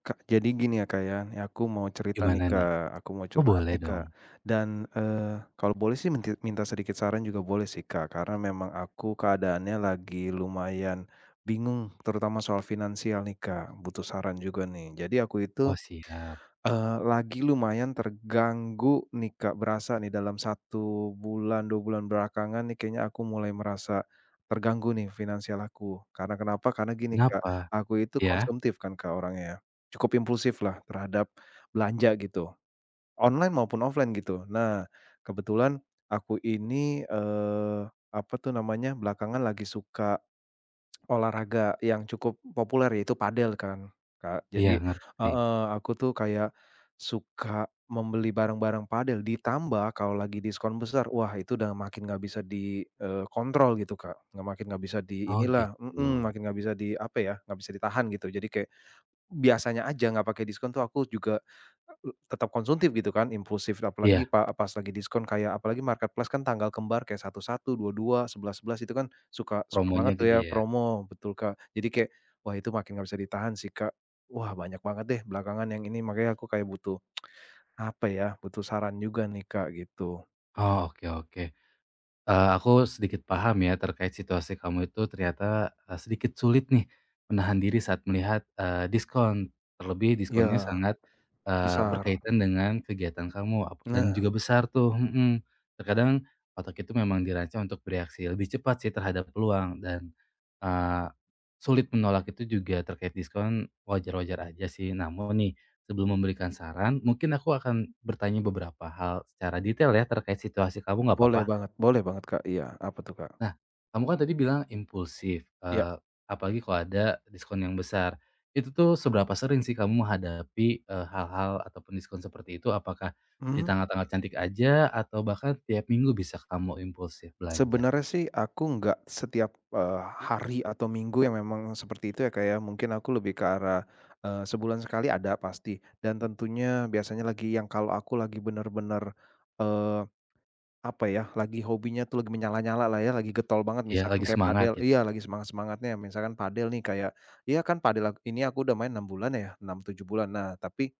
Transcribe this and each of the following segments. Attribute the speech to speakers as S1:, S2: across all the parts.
S1: Kak, jadi gini ya, Kak, ya aku mau cerita nih,
S2: Gimana nih?
S1: Kak, aku mau
S2: Oh
S1: curhat
S2: boleh
S1: nih,
S2: dong?
S1: Kak, dan, kalau boleh sih minta sedikit saran juga boleh sih, Kak, karena memang aku keadaannya lagi lumayan bingung terutama soal finansial nih, Kak, butuh saran juga nih. Jadi aku
S2: Oh
S1: itu
S2: siap.
S1: Lagi lumayan terganggu nih, Kak, berasa nih dalam 1 bulan, 2 bulan belakangan nih kayaknya aku mulai merasa terganggu nih finansial aku. Karena kenapa? Karena gini, Kak,
S2: Kenapa?
S1: aku itu
S2: Iya?
S1: konsumtif kan, Kak, orangnya, ya, cukup impulsif lah terhadap belanja gitu, online maupun offline gitu. Nah, kebetulan aku ini, apa tuh namanya, belakangan lagi suka olahraga yang cukup populer yaitu padel kan, Kak.
S2: Iya
S1: Jadi,
S2: ngerti.
S1: heeh, aku tuh kayak suka membeli barang-barang padel, ditambah kalau lagi diskon besar, wah itu udah makin nggak bisa di kontrol gitu, Kak. Nggak makin nggak bisa di
S2: Oh
S1: inilah,
S2: gitu.
S1: makin nggak bisa di apa ya, nggak bisa ditahan gitu. Jadi kayak biasanya aja nggak pakai diskon tuh aku juga tetap konsumtif gitu kan, impulsif apalagi
S2: Iya,
S1: pas lagi diskon, kayak apalagi marketplace kan tanggal kembar kayak 1.1, 2.2, 11.11 itu kan suka suka banget
S2: promonya
S1: tuh ya
S2: gede ya?
S1: promo, betul, Kak. Jadi kayak, wah itu makin nggak bisa ditahan sih, Kak. Wah banyak banget deh belakangan yang ini, makanya aku kayak butuh, apa ya, butuh saran juga nih, Kak, gitu.
S2: Oh oke oke. Aku sedikit paham ya terkait situasi kamu itu ternyata, sedikit sulit nih menahan diri saat melihat, diskon. Terlebih diskonnya
S1: Iya,
S2: sangat,
S1: besar.
S2: berkaitan dengan kegiatan kamu
S1: Nah,
S2: dan juga besar tuh, mhm. Terkadang otak itu memang dirancang untuk bereaksi lebih cepat sih terhadap peluang dan, eee, sulit menolak itu juga terkait diskon wajar-wajar aja sih. Namun nih, sebelum memberikan saran, mungkin aku akan bertanya beberapa hal secara detail ya terkait situasi kamu, nggak apa-apa.
S1: boleh banget, Kak, iya. Apa tuh, Kak?
S2: Nah, kamu kan tadi bilang impulsif,
S1: Iya,
S2: apalagi kalau ada diskon yang besar. Itu tuh seberapa sering sih kamu menghadapi, hal-hal ataupun diskon seperti itu? Apakah di
S1: mhm.
S2: tanggal-tanggal cantik aja atau bahkan tiap minggu bisa kamu impulsif belanja?
S1: Sebenarnya sih aku nggak setiap, hari atau minggu yang memang seperti itu ya, kayak mungkin aku lebih ke arah, sebulan sekali ada pasti dan tentunya biasanya lagi yang kalau aku lagi bener-bener, eee, apa ya, lagi hobinya tuh lagi menyala-nyala lah ya, lagi getol banget
S2: Iya,
S1: misalkan
S2: lagi
S1: kayak
S2: semangat
S1: padel,
S2: gitu.
S1: iya, lagi semangat-semangatnya misalkan padel nih kayak, iya kan padel ini aku udah main 6 bulan ya, 6-7 bulan. Nah, tapi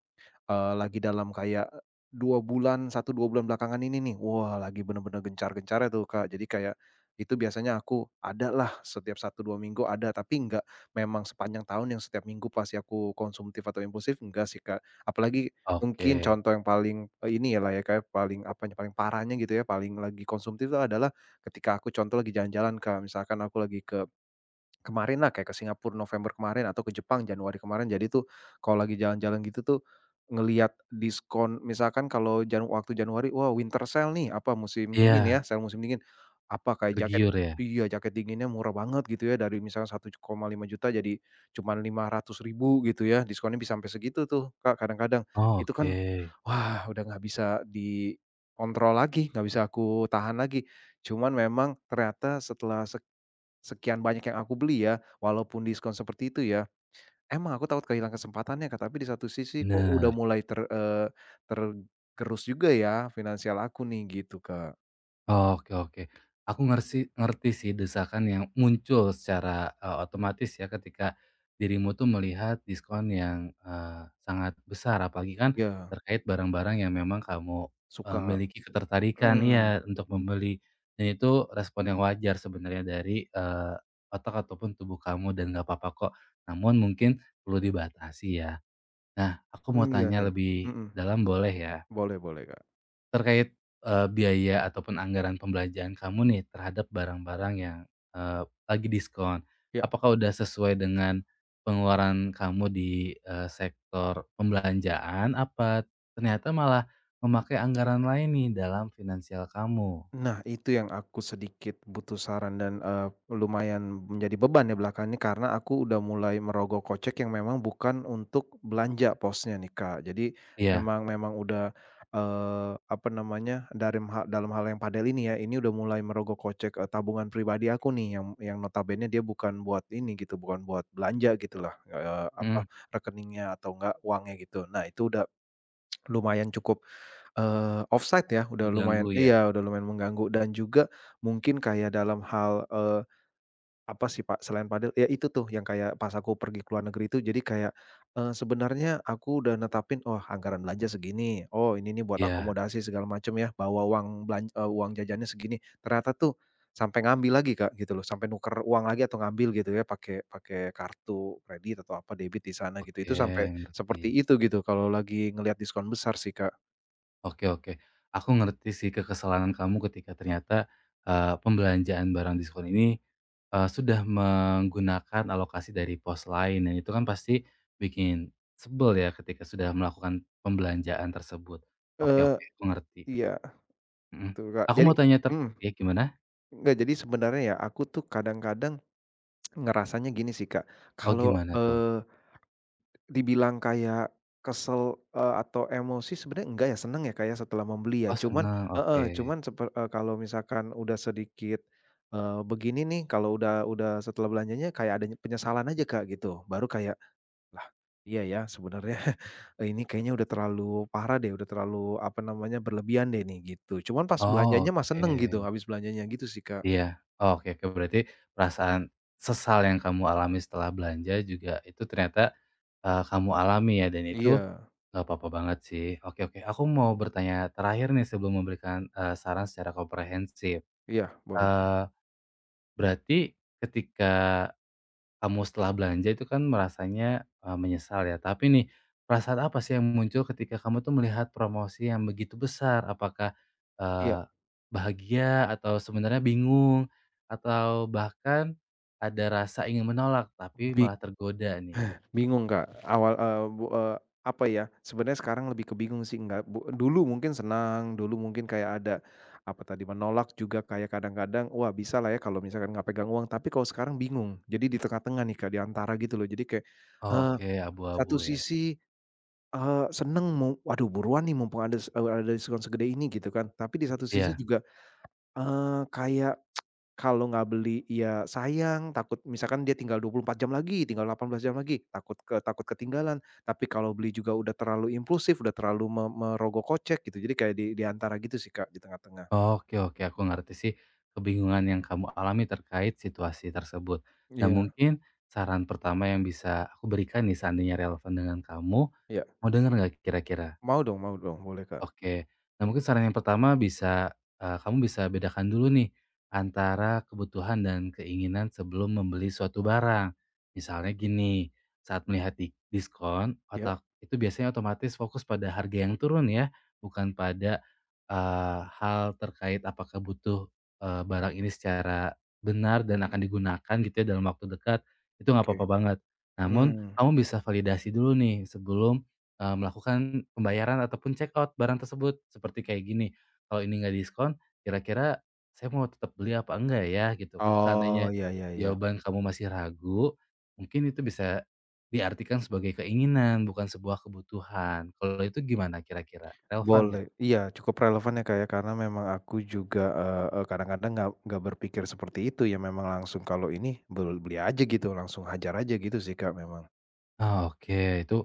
S1: lagi dalam kayak 2 bulan, 1-2 bulan belakangan ini nih, wah lagi bener-bener gencar-gencarnya tuh, Kak. Jadi kayak itu biasanya aku ada lah setiap 1-2 minggu ada, tapi nggak memang sepanjang tahun yang setiap minggu pasti aku konsumtif atau impulsif, enggak sih, Kak. Apalagi mungkin
S2: Oke.
S1: contoh yang paling, ini ya lah ya, kayak paling apanya, paling parahnya gitu ya, paling lagi konsumtif itu adalah ketika aku contoh lagi jalan-jalan, Kak. Misalkan aku lagi kemarin lah kayak ke Singapura November kemarin atau ke Jepang Januari kemarin. Jadi tuh kalau lagi jalan-jalan gitu tuh ngelihat diskon misalkan kalau waktu Januari, wah winter sale nih, apa musim dingin ya,
S2: Iya,
S1: sale musim dingin. Apa kayak jaket,
S2: tergiur ya?
S1: iya, jaket dinginnya murah banget gitu ya, dari misalnya 1,5 juta jadi cuman 500 ribu gitu ya, diskonnya bisa sampai segitu tuh, Kak, kadang-kadang.
S2: Oh,
S1: Itu kan,
S2: oke,
S1: wah udah nggak bisa dikontrol lagi, nggak bisa aku tahan lagi. Cuman memang ternyata setelah sekian banyak yang aku beli ya, walaupun diskon seperti itu ya, emang aku takut kehilangan kesempatannya, Kak, tapi di satu sisi kok udah
S2: bener.
S1: mulai tergerus juga ya finansial aku nih, gitu, Kak.
S2: Oke oke. Aku ngerti ngerti sih desakan yang muncul secara, otomatis ya ketika dirimu tuh melihat diskon yang, sangat besar apalagi kan
S1: Iya,
S2: terkait barang-barang yang memang kamu,
S1: suka.
S2: miliki ketertarikan
S1: Mhm,
S2: iya, untuk membeli. Dan itu respon yang wajar sebenarnya dari, otak ataupun tubuh kamu dan nggak apa-apa kok. Namun mungkin perlu dibatasi ya. Nah, aku mau
S1: iya
S2: tanya
S1: nih.
S2: lebih
S1: Mhm,
S2: dalam boleh ya?
S1: boleh boleh, Kak.
S2: Terkait, biaya ataupun anggaran pembelanjaan kamu nih terhadap barang-barang yang, lagi diskon.
S1: Iya.
S2: Apakah udah sesuai dengan pengeluaran kamu di, sektor pembelanjaan, apa ternyata malah memakai anggaran lain nih dalam finansial kamu?
S1: Nah, itu yang aku sedikit butuh saran dan, lumayan menjadi beban ya belakangan ini, karena aku udah mulai merogoh kocek yang memang bukan untuk belanja posnya nih, Kak. Jadi
S2: Iya,
S1: memang memang udah, apa namanya, dari ha dalam hal yang padel ini ya, ini udah mulai merogoh kocek, tabungan pribadi aku nih, yang notabene dia bukan buat ini gitu, bukan buat belanja gitulah,
S2: mhm,
S1: apa, rekeningnya atau enggak uangnya gitu. Nah, itu udah lumayan cukup, offside ya, udah lumayan,
S2: mengganggu ya?
S1: iya, udah lumayan mengganggu, dan juga mungkin kayak dalam hal, apa sih, Pak, selain padel ya itu tuh yang kayak pas aku pergi ke luar negeri itu jadi kayak, sebenarnya aku udah netapin, "Oh, anggaran belanja segini, oh ini nih buat
S2: Iya,
S1: akomodasi segala macam ya, bawa uang jajannya segini." Ternyata tuh sampai ngambil lagi, Kak, gitu loh, sampai nuker uang lagi atau ngambil gitu ya pakai pakai kartu kredit atau apa debit di sana gitu,
S2: oke,
S1: itu sampai
S2: ngerti.
S1: seperti itu gitu kalau lagi ngelihat diskon besar sih, Kak.
S2: Oke oke, aku ngerti sih kekesalan kamu ketika ternyata, pembelanjaan barang diskon ini, sudah menggunakan alokasi dari pos lain dan itu kan pasti bikin sebel ya ketika sudah melakukan pembelanjaan tersebut. Oke
S1: Eee,
S2: oke, aku ngerti,
S1: iya.
S2: mhm.
S1: Betul, Kak.
S2: Aku mau tanya
S1: Mhm,
S2: ya gimana?
S1: enggak, jadi sebenarnya ya aku tuh kadang-kadang ngerasanya gini sih, Kak,
S2: Oh
S1: kalau,
S2: gimana tuh?
S1: dibilang kayak kesel, atau emosi sebenarnya enggak ya, seneng ya, Kak, ya, setelah membeli ya.
S2: Oh
S1: Cuman,
S2: seneng,
S1: heeh,
S2: oke.
S1: kalau misalkan udah sedikit, begini nih, kalau udah setelah belanjanya kayak ada penyesalan aja, Kak, gitu. Baru kayak, lah, iya ya sebenarnya ini kayaknya udah terlalu parah deh, udah terlalu apa namanya, berlebihan deh nih, gitu. Cuman pas
S2: Oh
S1: belanjanya mah
S2: oke.
S1: seneng gitu, habis belanjanya gitu sih, Kak.
S2: Iya. Oh, oke oke. Berarti perasaan sesal yang kamu alami setelah belanja juga itu ternyata, kamu alami ya dan itu
S1: Iya
S2: nggak apa-apa banget sih. Oke oke. Aku mau bertanya terakhir nih sebelum memberikan, saran secara komprehensif.
S1: iya boleh, Kak.
S2: Eee, Berarti ketika kamu setelah belanja itu kan merasanya, menyesal ya, tapi nih, perasaan apa sih yang muncul ketika kamu tuh melihat promosi yang begitu besar? Apakah,
S1: Iya,
S2: eee, bahagia atau sebenarnya bingung, atau bahkan ada rasa ingin menolak tapi
S1: bi
S2: malah tergoda nih?
S1: bingung, Kak, awal, apa ya, sebenarnya sekarang lebih ke bingung sih, enggak, dulu mungkin senang, dulu mungkin kayak ada, apa tadi, menolak juga kayak kadang-kadang, wah bisa lah ya kalau misalkan nggak pegang uang, tapi kalau sekarang bingung. Jadi di tengah-tengah nih, Kak, di antara gitu loh. Jadi kayak, eee,
S2: Oke, abu-abu
S1: satu
S2: ya?
S1: sisi, seneng mau, "Waduh buruan nih mumpung ada ada diskon segede ini," gitu kan. Tapi di satu sisi
S2: Iya.
S1: juga, eee, kayak kalau nggak beli ya sayang, takut misalkan dia tinggal 24 jam lagi, tinggal 18 jam lagi, takut ketinggalan. Tapi kalau beli juga udah terlalu impulsif, udah terlalu merogoh kocek gitu. Jadi kayak di antara gitu sih, Kak, di tengah-tengah.
S2: Oke oke, aku ngerti sih kebingungan yang kamu alami terkait situasi tersebut. Nah
S1: Iya
S2: mungkin saran pertama yang bisa aku berikan nih seandainya relevan dengan kamu.
S1: iya.
S2: Mau denger nggak kira-kira?
S1: Mau dong, boleh, Kak.
S2: Oke. Nah, mungkin saran yang pertama bisa, kamu bisa bedakan dulu nih, antara kebutuhan dan keinginan sebelum membeli suatu barang. Misalnya gini, saat melihat di diskon,
S1: Iya,
S2: otak itu biasanya otomatis fokus pada harga yang turun ya, bukan pada, hal terkait apakah butuh, barang ini secara benar dan akan digunakan gitu ya dalam waktu dekat, itu nggak
S1: oke.
S2: apa-apa banget. Namun,
S1: Mmm.
S2: kamu bisa validasi dulu nih sebelum melakukan pembayaran ataupun check out barang tersebut. Seperti kayak gini, "Kalau ini nggak diskon, kira-kira saya mau tetap beli apa enggak ya?" Gitu.
S1: Oh,
S2: Seandainya
S1: iya iya iya.
S2: jawaban kamu masih ragu, mungkin itu bisa diartikan sebagai keinginan, bukan sebuah kebutuhan. Kalau itu gimana kira-kira, relevan nggak?
S1: Boleh. Iya, cukup relevan ya, Kak, ya, karena memang aku juga, eee eee, kadang-kadang nggak berpikir seperti itu ya, memang langsung kalau ini beli aja gitu, langsung hajar aja gitu sih, Kak, memang.
S2: Oh, oke. Itu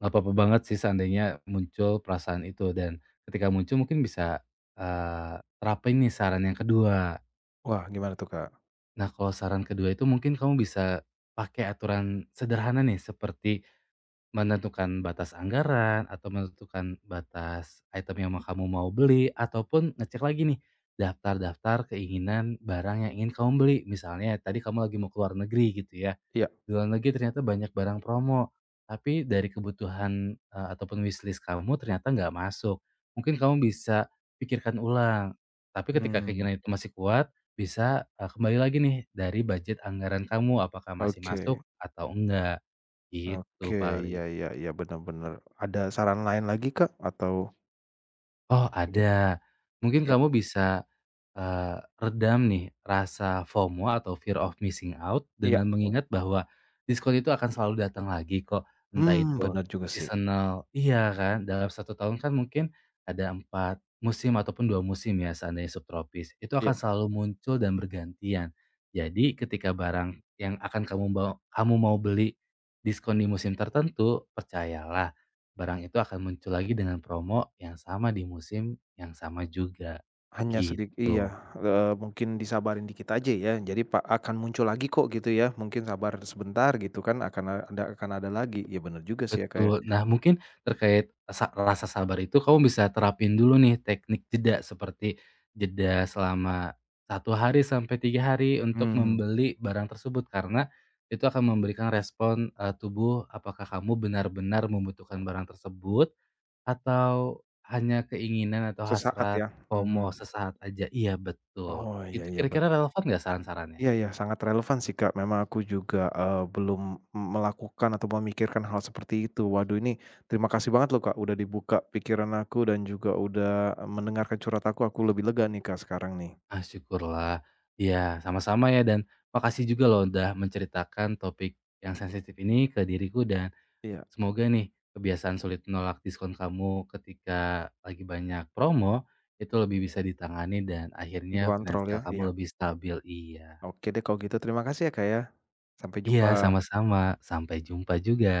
S2: nggak apa-apa banget sih seandainya muncul perasaan itu dan ketika muncul mungkin bisa, terapin nih saran yang kedua.
S1: Wah, gimana tuh, Kak?
S2: Nah, kalau saran kedua itu mungkin kamu bisa pakai aturan sederhana nih seperti menentukan batas anggaran atau menentukan batas item yang kamu mau beli ataupun ngecek lagi nih daftar-daftar keinginan barang yang ingin kamu beli. Misalnya tadi kamu lagi mau keluar negeri gitu ya.
S1: Iya.
S2: Sebulan lagi ternyata banyak barang promo, tapi dari kebutuhan, ataupun wishlist kamu ternyata nggak masuk. Mungkin kamu bisa pikirkan ulang, tapi ketika
S1: Mmm,
S2: keinginan itu masih kuat, bisa, kembali lagi nih dari budget anggaran kamu, apakah masih
S1: oke
S2: masuk atau enggak,
S1: oke,
S2: gitu
S1: iya
S2: paling.
S1: iya iya, benar-benar. Ada saran lain lagi, Kak? Atau
S2: Oh
S1: oke,
S2: ada, mungkin
S1: iya
S2: kamu bisa redam nih rasa FOMO atau fear of missing out
S1: iya,
S2: dengan mengingat bahwa diskon itu akan selalu datang lagi kok, entah
S1: mmm,
S2: itu
S1: bener juga sih.
S2: seasonal iya kan, dalam satu tahun kan mungkin ada 4 musim ataupun 2 musim ya seandainya subtropis, itu
S1: Iya.
S2: akan selalu muncul dan bergantian. Jadi ketika barang yang akan kamu mau beli diskon di musim tertentu, percayalah barang itu akan muncul lagi dengan promo yang sama di musim yang sama juga,
S1: Hanya
S2: git
S1: sedikit, iya,
S2: Betul
S1: mungkin disabarin dikit aja ya, jadi akan muncul lagi kok gitu ya, mungkin sabar sebentar gitu kan akan ada lagi. Ya bener juga sih ya, kayak
S2: betul. Nah, mungkin terkait rasa rasa sabar itu kamu bisa terapin dulu nih teknik jeda seperti jeda selama satu hari sampai 3 hari untuk
S1: mmm,
S2: membeli barang tersebut karena itu akan memberikan respon, tubuh apakah kamu benar-benar membutuhkan barang tersebut atau hanya keinginan atau
S1: sesaat
S2: hasrat
S1: ya,
S2: FOMO
S1: mmm.
S2: sesaat aja. Iya betul.
S1: Oh iya
S2: Itu
S1: iya
S2: kira-kira relevan nggak saran-sarannya?
S1: iya iya sangat relevan sih, Kak, memang aku juga, belum melakukan atau memikirkan hal seperti itu. Waduh, ini terima kasih banget loh, Kak, udah dibuka pikiran aku dan juga udah mendengarkan curhat aku lebih lega nih, Kak, sekarang nih.
S2: Ah, syukurlah. Iya, sama-sama ya dan makasih juga loh udah menceritakan topik yang sensitif ini ke diriku dan
S1: Iya,
S2: semoga nih kebiasaan sulit menolak diskon kamu ketika lagi banyak promo itu lebih bisa ditangani dan akhirnya
S1: dikontrol ya,
S2: finansial
S1: iya.
S2: kamu lebih stabil. Iya.
S1: Oke deh kalau gitu terima kasih ya, Kak, ya. Sampai
S2: Iya,
S1: jumpa.
S2: sama-sama. Sampai jumpa juga.